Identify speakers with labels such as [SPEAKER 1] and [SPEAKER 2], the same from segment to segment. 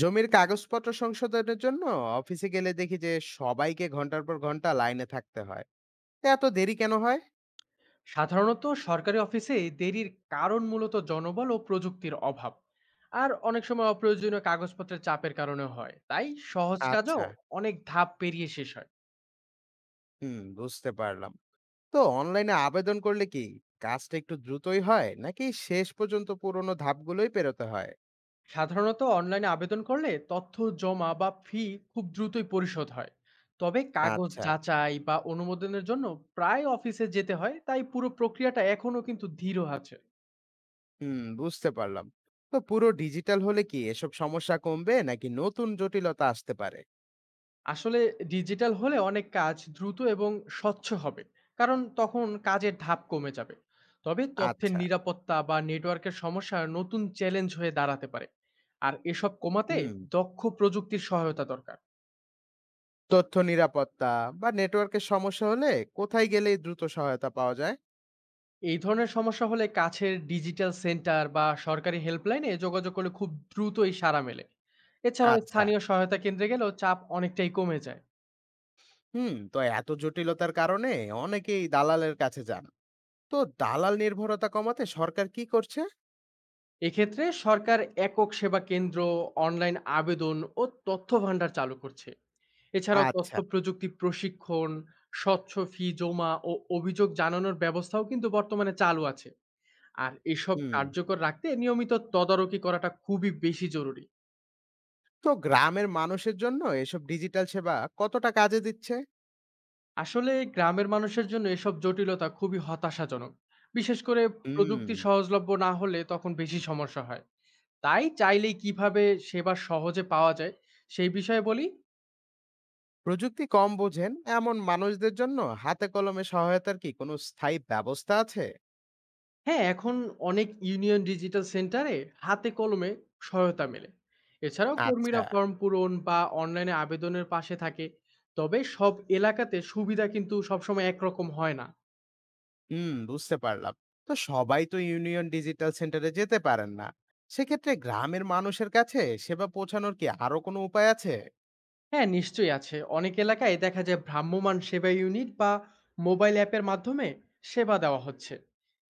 [SPEAKER 1] জমির কাগজপত্র সংশোধনের জন্য অফিসে গেলে দেখি যে সবাইকে ঘন্টার পর ঘন্টা লাইনে থাকতে হয়। তা এত দেরি কেন হয়?
[SPEAKER 2] সাধারণত সরকারি অফিসে দেরির কারণ মূলত জনবল ও প্রযুক্তির অভাব, আর অনেক সময় অপ্রয়োজনীয় কাগজপত্রের চাপের কারণে হয়। তাই সহজ কাজও
[SPEAKER 1] আচ্ছা।
[SPEAKER 2] অনেক ধাপ পেরিয়ে শেষ হয়।
[SPEAKER 1] হুম, বুঝতে পারলাম। তো অনলাইনে আবেদন করলে কি কাজটা একটু দ্রুতই হয়, নাকি শেষ পর্যন্ত পুরোনো ধাপগুলোই পেরোতে হয়?
[SPEAKER 2] সাধারণত অনলাইনে আবেদন করলে তথ্য জমা বা ফি খুব দ্রুতই পরিশোধ হয়, তবে কাগজ
[SPEAKER 1] আচ্ছা।
[SPEAKER 2] যাচাই বা অনুমোদনের জন্য প্রায় অফিসে যেতে হয়, তাই পুরো প্রক্রিয়াটা এখনো কিন্তু ধীর আছে।
[SPEAKER 1] হুম, বুঝতে পারলাম। তো পুরো ডিজিটাল হলে কি এসব সমস্যা কমবে, নাকি নতুন জটিলতা আসতে পারে?
[SPEAKER 2] আসলে ডিজিটাল হলে অনেক কাজ দ্রুত এবং স্বচ্ছ হবে, কারণ তখন কাজের ধাপ কমে যাবে। তবে তথ্যের
[SPEAKER 1] আচ্ছা।
[SPEAKER 2] নিরাপত্তা বা নেটওয়ার্কের সমস্যা নতুন চ্যালেঞ্জ হয়ে দাঁড়াতে পারে। আর এসব কমাতে
[SPEAKER 1] হুম।
[SPEAKER 2] দক্ষ প্রযুক্তির সহায়তা দরকার।
[SPEAKER 1] তথ্য নিরাপত্তা বা নেটওয়ার্কের সমস্যা হলে কোথায় গেলে দ্রুত সহায়তা পাওয়া যায়?
[SPEAKER 2] এই ধরনের সমস্যা হলে কাছের ডিজিটাল সেন্টার বা সরকারি হেল্পলাইনে যোগাযোগ করলে খুব দ্রুতই সাড়া মেলে। এছাড়াও
[SPEAKER 1] আচ্ছা।
[SPEAKER 2] স্থানীয় সহায়তা কেন্দ্রে গেলেও চাপ অনেকটাই কমে যায়।
[SPEAKER 1] হুম, তো এত জটিলতার কারণে অনেকেই দালালের কাছে যান। তো দালাল নির্ভরতা কমাতে সরকার কি করছে?
[SPEAKER 2] এক্ষেত্রে সরকার একক সেবা কেন্দ্র, অনলাইন আবেদন ও তথ্য ভান্ডার চালু করছে। এছাড়াও তথ্য
[SPEAKER 1] আচ্ছা।
[SPEAKER 2] প্রযুক্তি প্রশিক্ষণ, স্বচ্ছ ফি জমা ও অভিযোগ জানানোর ব্যবস্থাও কিন্তু বর্তমানে চালু আছে। আর এসব
[SPEAKER 1] হুম।
[SPEAKER 2] কার্যকর রাখতে নিয়মিত তদারকি করাটা খুবই বেশি জরুরি।
[SPEAKER 1] তো গ্রামের মানুষের জন্য এসব ডিজিটাল সেবা কতটা কাজে দিচ্ছে?
[SPEAKER 2] আসলে গ্রামের মানুষের জন্য এসব জটিলতা খুবই হতাশাজনক। বিশেষ করে
[SPEAKER 1] হুম,
[SPEAKER 2] প্রযুক্তি সহজলভ্য না হলে তখন বেশি সমস্যা হয়। তাই চাইলেই কিভাবে সেবা সহজে পাওয়া যায় সেই বিষয়ে বলি।
[SPEAKER 1] প্রযুক্তি কম বোঝেন এমন মানুষদের জন্য হাতে কলমে সহায়তার কি কোনো স্থায়ী ব্যবস্থা আছে?
[SPEAKER 2] হ্যাঁ, এখন অনেক ইউনিয়ন ডিজিটাল সেন্টারে হাতে কলমে সহায়তা মেলে। এছাড়াও
[SPEAKER 1] আচ্ছা।
[SPEAKER 2] কর্মীরা ফর্ম পূরণ বা অনলাইনে আবেদনের পাশে থাকে। তবে সব এলাকাতে সুবিধা কিন্তু সবসময় একরকম হয় না।
[SPEAKER 1] হুম, বুঝতে পারলাম। তো সবাই তো ইউনিয়ন ডিজিটাল সেন্টারে যেতে পারেন না। সেক্ষেত্রে গ্রামের মানুষের কাছে সেবা পৌঁছানোর কি আরো কোনো উপায় আছে?
[SPEAKER 2] হ্যাঁ, নিশ্চয়ই আছে। অনেক এলাকায় দেখা যায় ভ্রাম্যমাণ সেবা ইউনিট বা মোবাইল অ্যাপের মাধ্যমে সেবা দেওয়া হচ্ছে।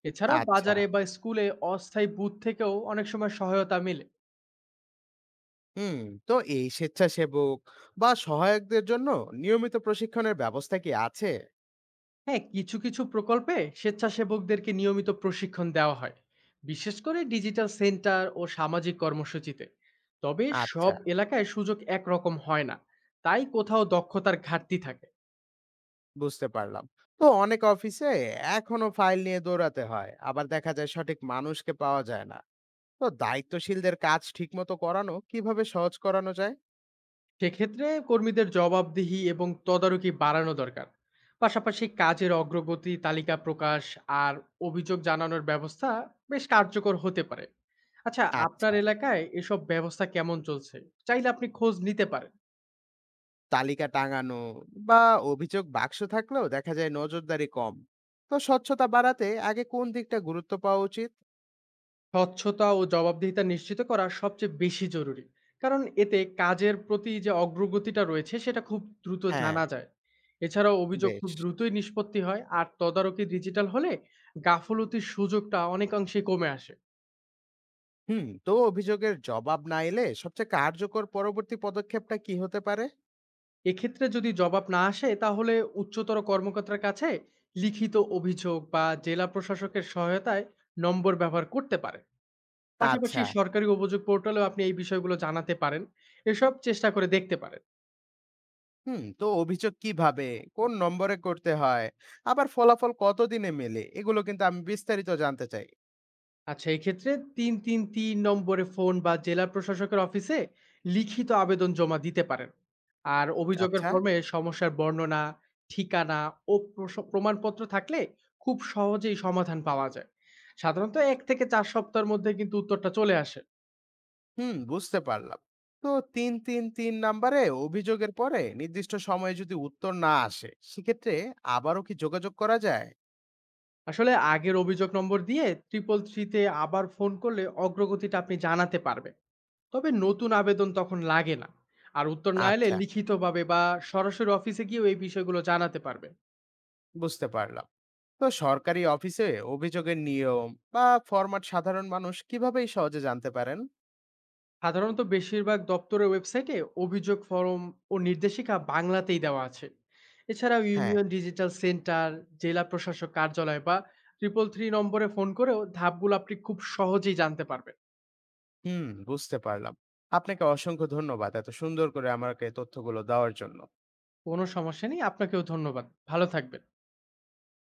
[SPEAKER 2] এছাড়াও
[SPEAKER 1] আচ্ছা।
[SPEAKER 2] বাজারে বা স্কুলে অস্থায়ী বুথ থেকেও অনেক সময় সহায়তা মেলে।
[SPEAKER 1] হুম। তো এই স্বেচ্ছাসেবক বা সহায়কদের জন্য নিয়মিত প্রশিক্ষণের ব্যবস্থা কি আছে?
[SPEAKER 2] হ্যাঁ, কিছু কিছু প্রকল্পে স্বেচ্ছাসেবকদেরকে নিয়মিত প্রশিক্ষণ দেওয়া হয়, বিশেষ করে ডিজিটাল সেন্টার ও সামাজিক কর্মসূচিতে। তবে
[SPEAKER 1] আচ্ছা।
[SPEAKER 2] সব এলাকায় সুযোগ একরকম হয় না, তাই কোথাও দক্ষতার ঘাটতি থাকে।
[SPEAKER 1] বুঝতে পারলাম। তো অনেক অফিসে এখনো ফাইল নিয়ে দৌড়াতে হয়, আবার দেখা যায় সঠিক মানুষকে পাওয়া যায় না। তো দায়িত্বশীলদের কাজ ঠিকমতো করানো কিভাবে সহজ করানো যায়?
[SPEAKER 2] সেক্ষেত্রে কর্মীদের জবাবদিহি এবং তদারকি বাড়ানো দরকার। পাশাপাশি কাজের অগ্রগতি তালিকা প্রকাশ আর অভিযোগ জানানোর ব্যবস্থা বেশ কার্যকর হতে পারে। আচ্ছা,
[SPEAKER 1] আচ্ছা।
[SPEAKER 2] আপনার এলাকায় এসব ব্যবস্থা কেমন চলছে? চাইলে আপনি খোঁজ নিতে পারেন।
[SPEAKER 1] তালিকা টাঙানো বা অভিযোগ বাক্স থাকলেও দেখা যায় নজরদারি কম। তো স্বচ্ছতা বাড়াতে আগে কোন দিকটা গুরুত্ব পাওয়া উচিত?
[SPEAKER 2] স্বচ্ছতা ও জবাবদিহিতা নিশ্চিত করা সবচেয়ে বেশি জরুরি, কারণ এতে কাজের প্রতি যে অগ্রগতিটা রয়েছে সেটা খুব দ্রুত
[SPEAKER 1] হ্যাঁ।
[SPEAKER 2] জানা যায়। এছাড়াও অভিযোগ
[SPEAKER 1] বেশ।
[SPEAKER 2] খুব দ্রুতই নিষ্পত্তি হয়, আর তদারকি ডিজিটাল হলে গাফলতির সুযোগটা অনেকাংশে কমে আসে।
[SPEAKER 1] হুম, তো অভিযোগের জবাব না এলে সবচেয়ে কার্যকর পরবর্তী পদক্ষেপটা কি হতে পারে?
[SPEAKER 2] এক্ষেত্রে যদি জবাব না আসে, তাহলে উচ্চতর কর্মকর্তার কাছে লিখিত অভিযোগ বা জেলা প্রশাসকের সহায়তায় নম্বর ব্যবহার করতে পারে। পাশাপাশি
[SPEAKER 1] আচ্ছা।
[SPEAKER 2] সরকারি অভিযোগ পোর্টালেও আপনি এই বিষয়গুলো জানাতে পারেন। এসব চেষ্টা করে দেখতে পারেন।
[SPEAKER 1] হুম, তো অভিযোগ কিভাবে, কোন নম্বরে করতে হয়, আবার ফলাফল কতদিনে মেলে, এগুলো কিন্তু আমি বিস্তারিত জানতে চাই।
[SPEAKER 2] আচ্ছা, এক্ষেত্রে ৩৩৩ নম্বরে ফোন বা জেলা প্রশাসকের অফিসে লিখিত আবেদন জমা দিতে পারেন। আর অভিযোগের
[SPEAKER 1] আচ্ছা।
[SPEAKER 2] ফর্মে সমস্যার বর্ণনা, ঠিকানা ও প্রমাণপত্র থাকলে খুব সহজেই সমাধান পাওয়া যায়। সাধারণত ১ থেকে ৪ সপ্তাহের মধ্যে কিন্তু উত্তরটা চলে আসে।
[SPEAKER 1] হুম, বুঝতে পারলাম। তো 333 নাম্বারে অভিযোগের পরে নির্দিষ্ট সময়ে যদি উত্তর না আসে, সেক্ষেত্রে আবারও কি যোগাযোগ করা যায়?
[SPEAKER 2] আসলে আগের অভিযোগ নম্বর দিয়ে 333 তে আবার ফোন করলে অগ্রগতিটা আপনি জানাতে পারবেন। তবে নতুন আবেদন তখন লাগে না। আর উত্তর না এলে
[SPEAKER 1] আচ্ছা।
[SPEAKER 2] লিখিতভাবে বা সরাসরি অফিসে গিয়েও এই বিষয়গুলো জানাতে পারবেন।
[SPEAKER 1] বুঝতে পারলাম। তো সরকারি অফিসে অভিযোগের নিয়ম বা ফরম্যাট সাধারণ মানুষ কিভাবেই সহজে জানতে পারেন?
[SPEAKER 2] সাধারণত বেশিরভাগ দপ্তরের ওয়েবসাইটে অভিযোগ ফরম ও নির্দেশিকা বাংলাতেই দেওয়া আছে। এছাড়াও
[SPEAKER 1] হ্যাঁ।
[SPEAKER 2] ইউনিয়ন ডিজিটাল সেন্টার, জেলা প্রশাসক কার্যালয় বা ট্রিপল থ্রি নম্বরে ফোন করেও ধাপগুলো আপনি খুব সহজেই জানতে পারবেন।
[SPEAKER 1] হুম, বুঝতে পারলাম। আপনাকে অসংখ্য ধন্যবাদ এত সুন্দর করে আমাকে তথ্যগুলো দেওয়ার জন্য।
[SPEAKER 2] কোনো সমস্যা নেই, আপনাকেও ধন্যবাদ। ভালো থাকবেন।